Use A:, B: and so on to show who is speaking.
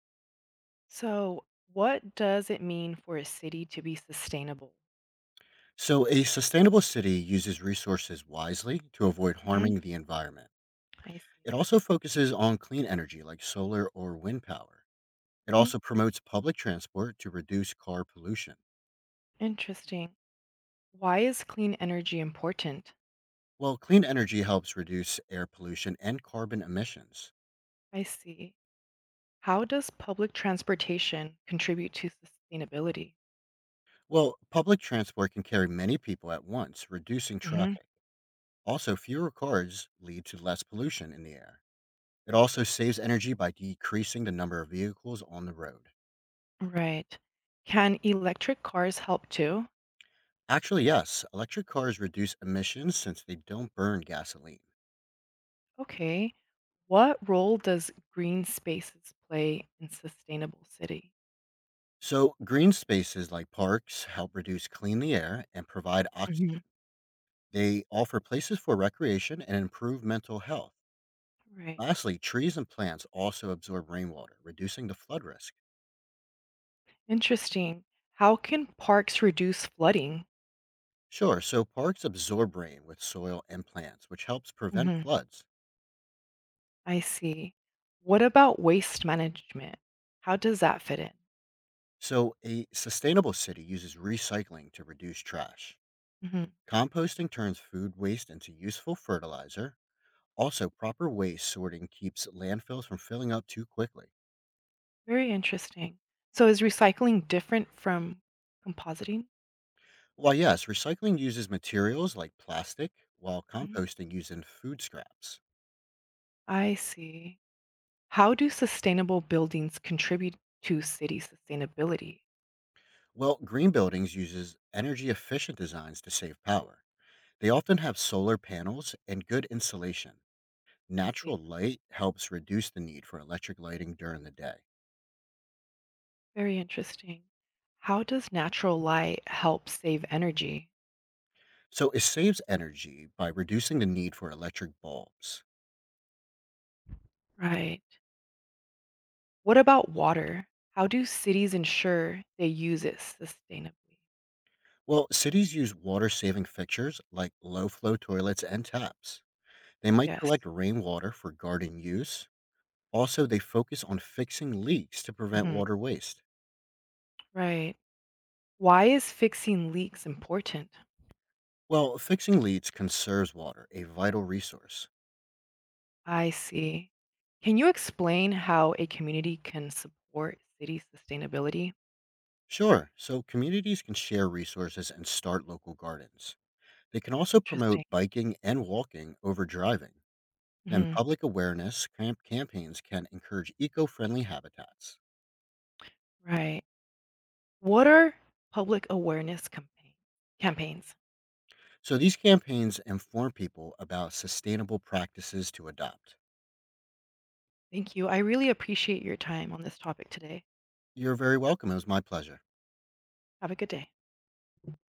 A: So, what does it mean for a city to be sustainable?
B: So, a sustainable city uses resources wisely to avoid
A: Hmm.
B: harming the environment.
A: I see.
B: It also focuses on clean energy like solar or wind power. It
A: Mm.
B: also promotes public transport to reduce car pollution.
A: Interesting. Why is clean energy important?
B: Well, clean energy helps reduce air pollution and carbon emissions.
A: I see. How does public transportation contribute to sustainability?
B: Well, public transport can carry many people at once, reducing
A: Hmm.
B: traffic. Also, fewer cars lead to less pollution in the air. It
A: I see.
B: also saves energy by decreasing the number of vehicles on the road.
A: Right. Can electric cars help too?
B: Actually, yes. Electric cars reduce emissions since they don't burn gasoline.
A: Okay. What role does green spaces play in sustainable city?
B: So, green spaces like parks help reduce clean the air and provide oxygen.
A: Mhm.
B: They offer places for recreation and improve mental health.
A: Right.
B: Lastly, trees and plants also absorb rainwater, reducing the flood risk.
A: Interesting. How can parks reduce flooding?
B: Sure, so parks absorb rain with soil and plants, which helps prevent floods.
A: I see. What about waste management? How does that fit in?
B: So, a sustainable city uses recycling to reduce trash.
A: Hmm.
B: Composting turns food waste into useful fertilizer. Also, proper waste sorting keeps landfills from filling up too quickly.
A: Very interesting. So is recycling different from compositing?
B: While yes, recycling uses materials like plastic, while
A: Mhm.
B: composting uses food scraps.
A: I see. How do sustainable buildings contribute to city sustainability?
B: Well, green buildings uses energy efficient designs to save power. They often have solar panels and good insulation.
A: I see.
B: Natural light helps reduce the need for electric lighting during the day.
A: Very interesting. How does natural light help save energy?
B: So it saves energy by reducing the need for electric bulbs.
A: Right. What about water? How do cities ensure they use it sustainably?
B: Well, cities use water saving fixtures like low flow toilets and taps. They might
A: Yes.
B: collect rainwater for garden use. Also, they focus on fixing leaks to prevent
A: Hmm.
B: water waste.
A: Right. Why is fixing leaks important?
B: Well, fixing leaks conserves water, a vital resource.
A: I see. Can you explain how a community can support city sustainability?
B: Sure, so communities can share resources and start local gardens. They can also
A: Interesting.
B: promote biking and walking over driving. Then,
A: Hmm.
B: public awareness campaigns can encourage eco friendly habitats.
A: Right. What are public awareness campaigns?
B: So, these campaigns inform people about sustainable practices to adopt.
A: Thank you. I really appreciate your time on this topic today.
B: You're very welcome. It was my pleasure.
A: Have a good day.